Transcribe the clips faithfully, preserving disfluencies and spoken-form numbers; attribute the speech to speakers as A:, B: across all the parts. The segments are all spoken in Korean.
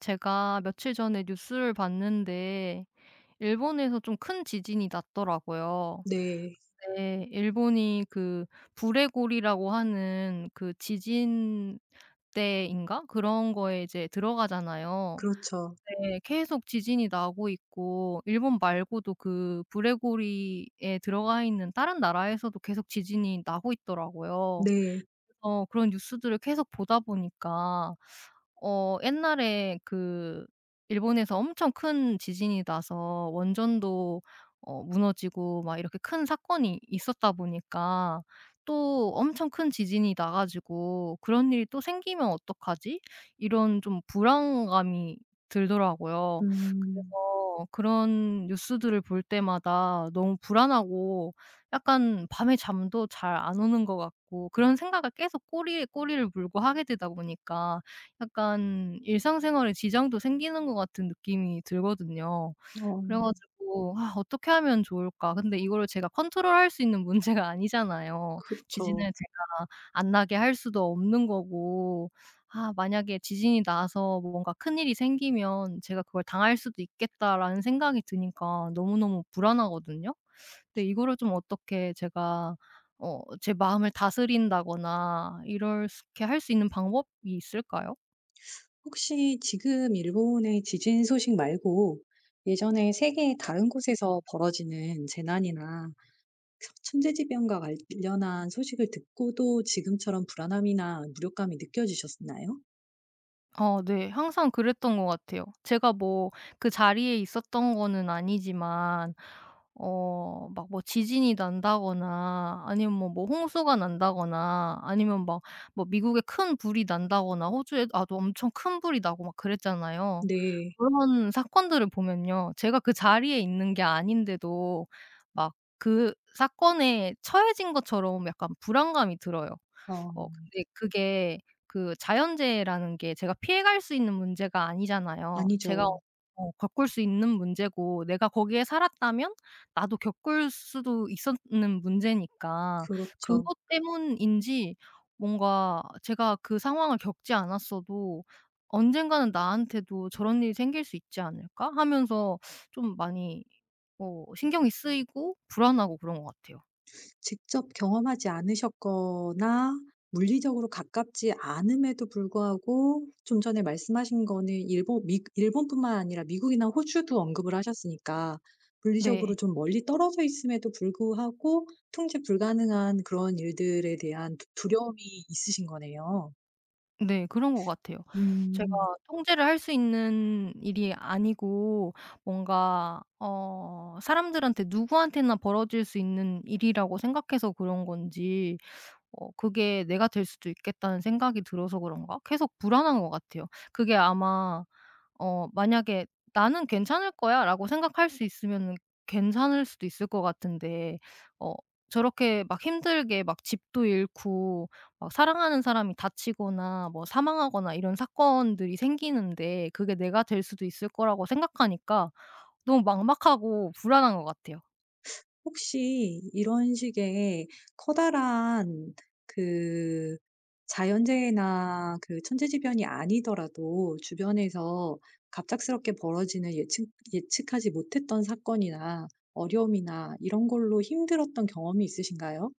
A: 제가 며칠 전에 뉴스를 봤는데 일본에서 좀 큰 지진이 났더라고요.
B: 네.
A: 네, 일본이 그 부레고리라고 하는 그 지진대인가? 그런 거에 이제 들어가잖아요.
B: 그렇죠.
A: 네, 계속 지진이 나고 있고 일본 말고도 그 부레고리에 들어가 있는 다른 나라에서도 계속 지진이 나고 있더라고요.
B: 네.
A: 그래서 그런 뉴스들을 계속 보다 보니까 어 옛날에 그 일본에서 엄청 큰 지진이 나서 원전도 어 무너지고 막 이렇게 큰 사건이 있었다 보니까 또 엄청 큰 지진이 나 가지고 '그런 일이 또 생기면 어떡하지?' 이런 좀 불안감이 들더라고요.
B: 음.
A: 그래서 그런 뉴스들을 볼 때마다 너무 불안하고 약간 밤에 잠도 잘 안 오는 것 같고 그런 생각을 계속 꼬리에 꼬리를 물고 하게 되다 보니까 약간 일상생활에 지장도 생기는 것 같은 느낌이 들거든요.
B: 어
A: 그래 가지고 '아 어떻게 하면 좋을까?' 근데 이거를 제가 컨트롤할 수 있는 문제가 아니잖아요. 지진을
B: 그쵸.
A: 제가 안 나게 할 수도 없는 거고 아 만약에 지진이 나서 뭔가 큰일이 생기면 제가 그걸 당할 수도 있겠다라는 생각이 드니까 너무너무 불안하거든요. 근데 이거를 좀 어떻게 제가 어 제 마음을 다스린다거나 이렇게 할 수 있는 방법이 있을까요?
B: 혹시 지금 일본의 지진 소식 말고 예전에 세계 다른 곳에서 벌어지는 재난이나 천재지변과 관련한 소식을 듣고도 지금처럼 불안함이나 무력감이 느껴지셨나요?
A: 어 네. 항상 그랬던 것 같아요. 제가 뭐 그 자리에 있었던 거는 아니지만 어 막 뭐 지진이 난다거나 아니면 뭐 뭐 홍수가 난다거나 아니면 막 뭐 미국에 큰 불이 난다거나 호주에 아, 도 엄청 큰 불이 나고 막 그랬잖아요.
B: 네.
A: 그런 사건들을 보면요. 제가 그 자리에 있는 게 아닌데도 막 그 사건에 처해진 것처럼 약간 불안감이 들어요.
B: 어.
A: 어 근데 그게 그 자연재해라는 게 제가 피해갈 수 있는 문제가 아니잖아요. 제가
B: 아니죠.
A: 어 겪을 수 있는 문제고 내가 거기에 살았다면 나도 겪을 수도 있었는 문제니까
B: 그렇죠.
A: 그것 때문인지 뭔가 제가 그 상황을 겪지 않았어도 '언젠가는 나한테도 저런 일이 생길 수 있지 않을까?' 하면서 좀 많이 어 신경이 쓰이고 불안하고 그런 것 같아요.
B: 직접 경험하지 않으셨거나 물리적으로 가깝지 않음에도 불구하고 좀 전에 말씀하신 거는 일본 미 일본뿐만 아니라 미국이나 호주도 언급을 하셨으니까 물리적으로
A: 네.
B: 좀 멀리 떨어져 있음에도 불구하고 통제 불가능한 그런 일들에 대한 두 두려움이 있으신 거네요.
A: 네. 그런 것 같아요. 제가
B: 음.
A: 통제를 할 수 있는 일이 아니고 뭔가 어 사람들한테 누구한테나 벌어질 수 있는 일이라고 생각해서 그런 건지 어 '그게 내가 될 수도 있겠다.'는 생각이 들어서 그런가 계속 불안한 것 같아요. 그게 아마 어 만약에 '나는 괜찮을 거야.'라고 생각할 수 있으면 괜찮을 수도 있을 것 같은데 어 저렇게 막 힘들게 막 집도 잃고 막 사랑하는 사람이 다치거나 뭐 사망하거나 이런 사건들이 생기는데 그게 내가 될 수도 있을 거라고 생각하니까 너무 막막하고 불안한 것 같아요.
B: 혹시 이런 식의 커다란 그 자연재해나 그 천재지변이 아니더라도 주변에서 갑작스럽게 벌어지는 예측 예측하지 못했던 사건이나 어려움이나 이런 걸로 힘들었던 경험이 있으신가요?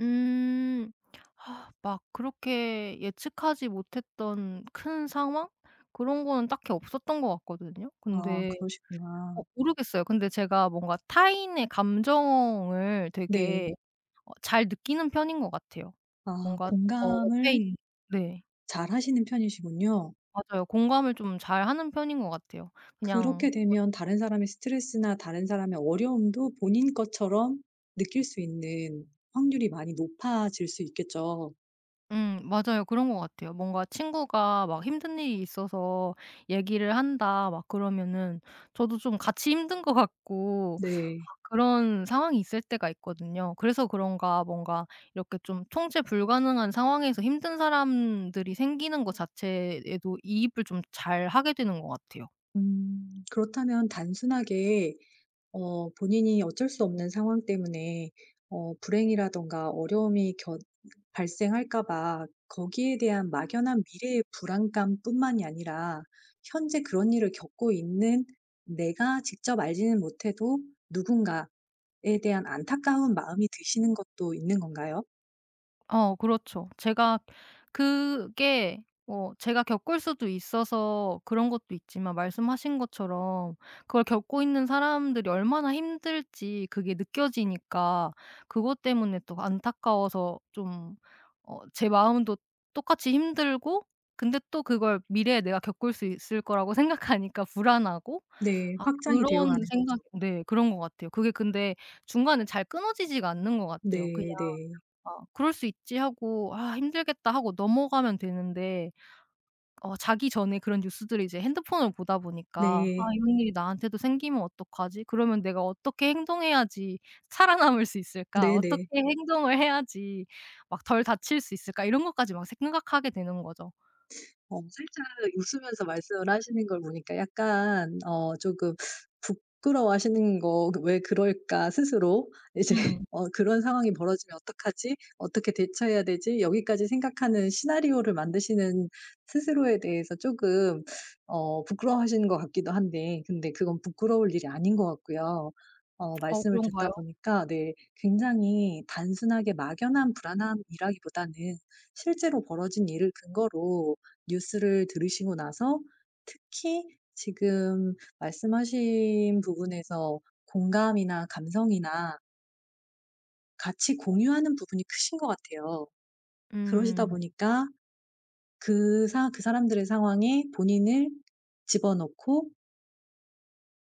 A: 음. 하, 막 그렇게 예측하지 못했던 큰 상황? 그런 거는 딱히 없었던 것 같거든요.
B: 아
A: 근데
B: 그러시구나.
A: 어 모르겠어요. 근데 제가 뭔가 타인의 감정을 되게
B: 네.
A: 어 잘 느끼는 편인 것 같아요.
B: 아
A: 뭔가 어 옆에
B: 공감을
A: 있는. 네.
B: 잘하시는 편이시군요.
A: 맞아요. 공감을 좀 잘하는 편인 것 같아요.
B: 그렇게
A: 그냥.
B: 되면 다른 사람의 스트레스나 다른 사람의 어려움도 본인 것처럼 느낄 수 있는 확률이 많이 높아질 수 있겠죠.
A: 음 맞아요. 그런 것 같아요. 뭔가 친구가 막 "힘든 일이 있어서 얘기를 한다." 막 그러면은 저도 좀 같이 힘든 것 같고
B: 네.
A: 그런 상황이 있을 때가 있거든요. 그래서 그런가 뭔가 이렇게 좀 통제 불가능한 상황에서 힘든 사람들이 생기는 것 자체에도 이입을 좀 잘하게 되는 것 같아요.
B: 음 그렇다면 단순하게 어 본인이 어쩔 수 없는 상황 때문에 어 불행이라든가 어려움이 발생할까 봐 거기에 대한 막연한 미래의 불안감뿐만이 아니라 현재 그런 일을 겪고 있는, 내가 직접 알지는 못해도 누군가 에 대한 안타까운 마음이 드시는 것도 있는 건가요?
A: 어 그렇죠. 제가 그게 어 제가 겪을 수도 있어서 그런 것도 있지만 말씀하신 것처럼 그걸 겪고 있는 사람들이 얼마나 힘들지 그게 느껴지니까 그것 때문에 또 안타까워서 좀 어 제 마음도 똑같이 힘들고 근데 또 그걸 미래에 내가 겪을 수 있을 거라고 생각하니까 불안하고
B: 네.
A: 아
B: 확장이 되어
A: 그런
B: 가는
A: 생각,
B: 거죠.
A: 네, 그런 것 같아요. 그게 근데 중간에 잘 끊어지지가 않는 것 같아요. 그냥
B: 네, 네.
A: 어 '그럴 수 있지.' 하고 '아 힘들겠다.' 하고 넘어가면 되는데 어 자기 전에 그런 뉴스들을 이제 핸드폰을 보다 보니까 '아
B: 네.
A: 이런 일이 나한테도 생기면 어떡하지? 그러면 내가 어떻게 행동해야지 살아남을 수 있을까? 어떻게
B: 네네.
A: 행동을 해야지 막 덜 다칠 수 있을까?' 이런 것까지 막 생각하게 되는 거죠.
B: 어 살짝 웃으면서 말씀을 하시는 걸 보니까 약간 어 조금 부끄러워하시는 거 '왜 그럴까?' 스스로 이제
A: 음.
B: 어 '그런 상황이 벌어지면 어떡하지? 어떻게 대처해야 되지?' 여기까지 생각하는 시나리오를 만드시는 스스로에 대해서 조금 어 부끄러워하시는 것 같기도 한데, 근데 그건 부끄러울 일이 아닌 것 같고요. 어
A: 어
B: 말씀을 듣다
A: 그런가요?
B: 보니까 네 굉장히 단순하게 막연한 불안함이라기보다는 실제로 벌어진 일을 근거로 뉴스를 들으시고 나서 특히 지금 말씀하신 부분에서 공감이나 감성이나 같이 공유하는 부분이 크신 것 같아요. 그러시다
A: 음.
B: 보니까 그 사 그 사람들의 상황에 본인을 집어넣고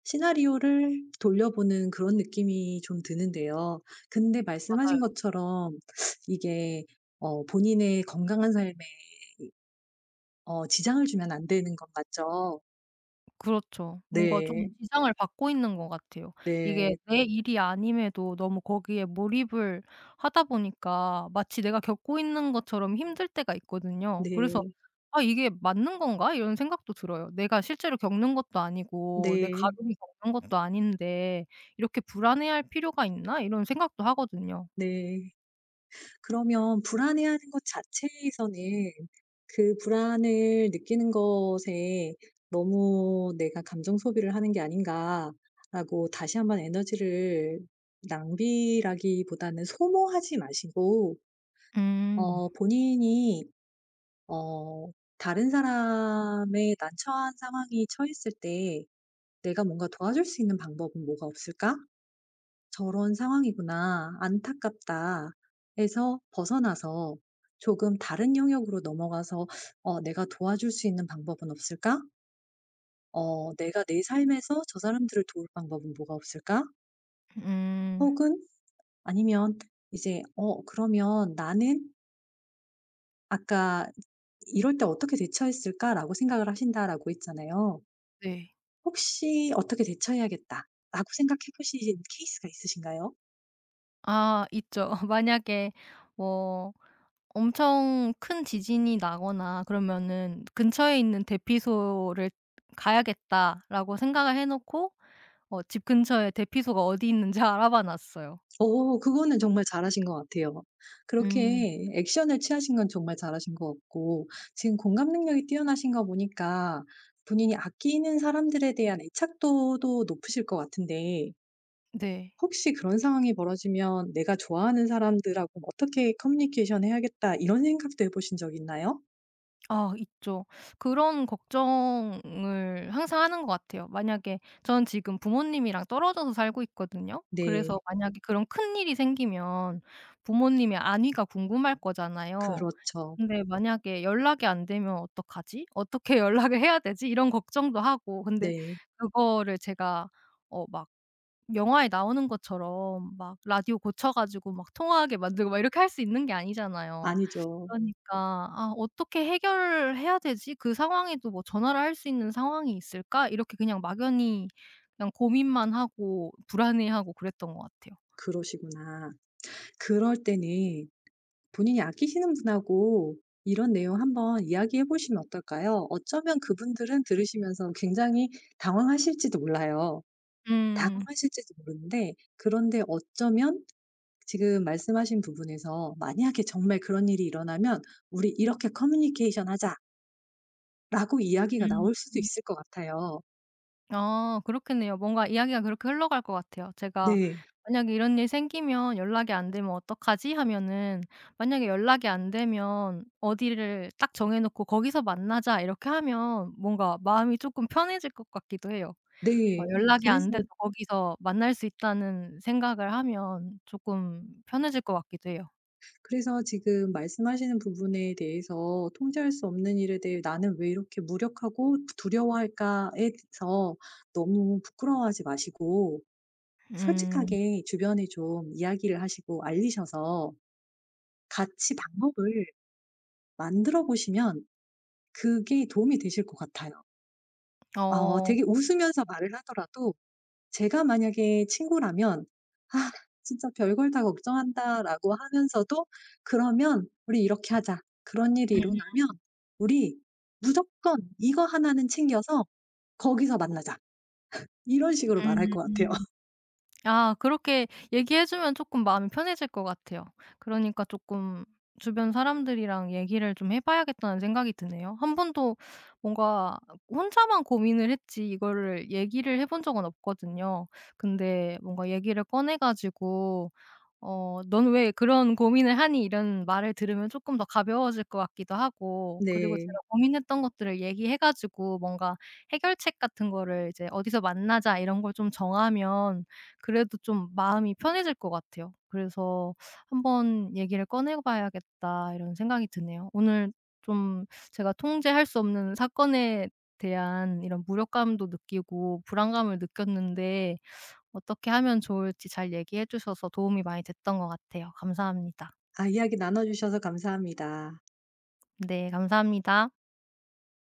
B: 시나리오를 돌려보는 그런 느낌이 좀 드는데요. 근데 말씀하신
A: 맞아요.
B: 것처럼 이게 어 본인의 건강한 삶에 어 지장을 주면 안 되는 건 맞죠?
A: 그렇죠. 뭔가 조금
B: 네.
A: 지장을 받고 있는 것 같아요. 이게
B: 네.
A: 내 일이 아님에도 너무 거기에 몰입을 하다 보니까 마치 내가 겪고 있는 것처럼 힘들 때가 있거든요. 그래서
B: 네.
A: '아 이게 맞는 건가?' 이런 생각도 들어요. 내가 실제로 겪는 것도 아니고 내
B: 네.
A: 가족이 겪는 것도 아닌데 '이렇게 불안해할 필요가 있나?' 이런 생각도 하거든요.
B: 네. 그러면 불안해하는 것 자체에서는 그 불안을 느끼는 것에 '너무 내가 감정 소비를 하는 게 아닌가.'라고 다시 한번 에너지를 낭비라기보다는 소모하지 마시고
A: 음.
B: 어 본인이 어 다른 사람의 난처한 상황이 처했을 때 '내가 뭔가 도와줄 수 있는 방법은 뭐가 없을까?' '저런 상황이구나. 안타깝다.' 에서 벗어나서 조금 다른 영역으로 넘어가서 '어 내가 도와줄 수 있는 방법은 없을까? 어 내가 내 삶에서 저 사람들을 도울 방법은 뭐가 없을까?'
A: 음.
B: 혹은 아니면 이제 '어 그러면 나는 아까 이럴 때 어떻게 대처했을까?'라고 생각을 하신다라고 했잖아요.
A: 네.
B: 혹시 '어떻게 대처해야겠다.'라고 생각해 보신 케이스가 있으신가요?
A: 아 있죠. 만약에 뭐 엄청 큰 지진이 나거나 그러면은 '근처에 있는 대피소를 가야겠다.'라고 생각을 해 놓고 어 집 근처에 대피소가 어디 있는지 알아봐 놨어요.
B: 어 그거는 정말 잘하신 것 같아요.
A: 음.
B: 그렇게 액션을 취하신 건 정말 잘하신 것 같고 지금 공감 능력이 뛰어나신 거 보니까 본인이 아끼는 사람들에 대한 애착도도 높으실 것 같은데
A: 네.
B: 혹시 그런 상황이 벌어지면 '내가 좋아하는 사람들하고 어떻게 커뮤니케이션 해야겠다.' 이런 생각도 해 보신 적 있나요?
A: 아 있죠. 그런 걱정을 항상 하는 것 같아요. 만약에 전 지금 부모님이랑 떨어져서 살고 있거든요.
B: 네.
A: 그래서 만약에 그런 큰일이 생기면 부모님의 안위가 궁금할 거잖아요.
B: 그렇죠.
A: 근데 만약에 연락이 안 되면 '어떡하지? 어떻게 연락을 해야 되지?' 이런 걱정도 하고 근데
B: 네.
A: 그거를 제가 어 막 영화에 나오는 것처럼 막 라디오 고쳐 가지고 막 통화하게 만들고 막 이렇게 할 수 있는 게 아니잖아요.
B: 아니죠.
A: 그러니까 '아 어떻게 해결해야 되지? 그 상황에도 뭐 전화를 할 수 있는 상황이 있을까?' 이렇게 그냥 막연히 그냥 고민만 하고 불안해하고 그랬던 것 같아요.
B: 그러시구나. 그럴 때는 본인이 아끼시는 분하고 이런 내용 한번 이야기해 보시면 어떨까요? 어쩌면 그분들은 들으시면서 굉장히 당황하실지도 몰라요.
A: 음.
B: 당황하실지도 모르는데 그런데 어쩌면 지금 말씀하신 부분에서 "만약에 정말 그런 일이 일어나면 우리 이렇게 커뮤니케이션 하자."라고 이야기가
A: 음.
B: 나올 수도 있을 것 같아요.
A: 아 그렇겠네요. 뭔가 이야기가 그렇게 흘러갈 것 같아요. 제가
B: 네.
A: '만약에 이런 일 생기면 연락이 안 되면 어떡하지?' 하면은 만약에 연락이 안 되면 어디를 딱 정해 놓고 "거기서 만나자." 이렇게 하면 뭔가 마음이 쪼끔 편해질 것 같기도 해요. 어
B: 네.
A: 연락이 안
B: 그래서
A: 돼도 거기서 만날 수 있다는 생각을 하면 조금 편해질 것 같기도 해요.
B: 그래서 지금 말씀하시는 부분에 대해서 통제할 수 없는 일에 대해 '나는 왜 이렇게 무력하고 두려워할까.'에 대해서 너무 부끄러워하지 마시고
A: 음.
B: 솔직하게 주변에 좀 이야기를 하시고 알리셔서 같이 방법을 만들어 보시면 그게 도움이 되실 것 같아요. 어
A: 어.
B: 되게 웃으면서 말을 하더라도 제가 만약에 친구라면 "아 진짜 별걸 다 걱정한다."라고 하면서도 "그러면 우리 이렇게 하자. 그런 일이 일어나면 우리 무조건 이거 하나는 챙겨서 거기서 만나자." 이런 식으로 말할 것 같아요.
A: 음음. 아 그렇게 얘기해 주면 쪼끔 마음이 편해질 것 같아요. 그러니까 쪼끔 주변 사람들이랑 얘기를 좀 해 봐야겠다는 생각이 드네요. 한 번도 뭔가 혼자만 고민을 했지 이거를 얘기를 해본 적은 없거든요. 근데 뭔가 얘기를 꺼내 가지고 어 '넌 왜 그런 고민을 하니?' 이런 말을 들으면 조금 더 가벼워질 것 같기도 하고 그리고 제가
B: 네.
A: 고민했던 것들을 얘기해 가지고 뭔가 해결책 같은 거를 이제 '어디서 만나자.' 이런 걸 좀 정하면 그래도 좀 마음이 편해질 것 같아요. 그래서 '한번 얘기를 꺼내 봐야겠다.' 이런 생각이 드네요. 오늘 좀 제가 통제할 수 없는 사건에 대한 이런 무력감도 느끼고 불안감을 느꼈는데 어떻게 하면 좋을지 잘 얘기해 주셔서 도움이 많이 됐던 것 같아요. 감사합니다.
B: 아 이야기 나눠 주셔서 감사합니다.
A: 네, 감사합니다.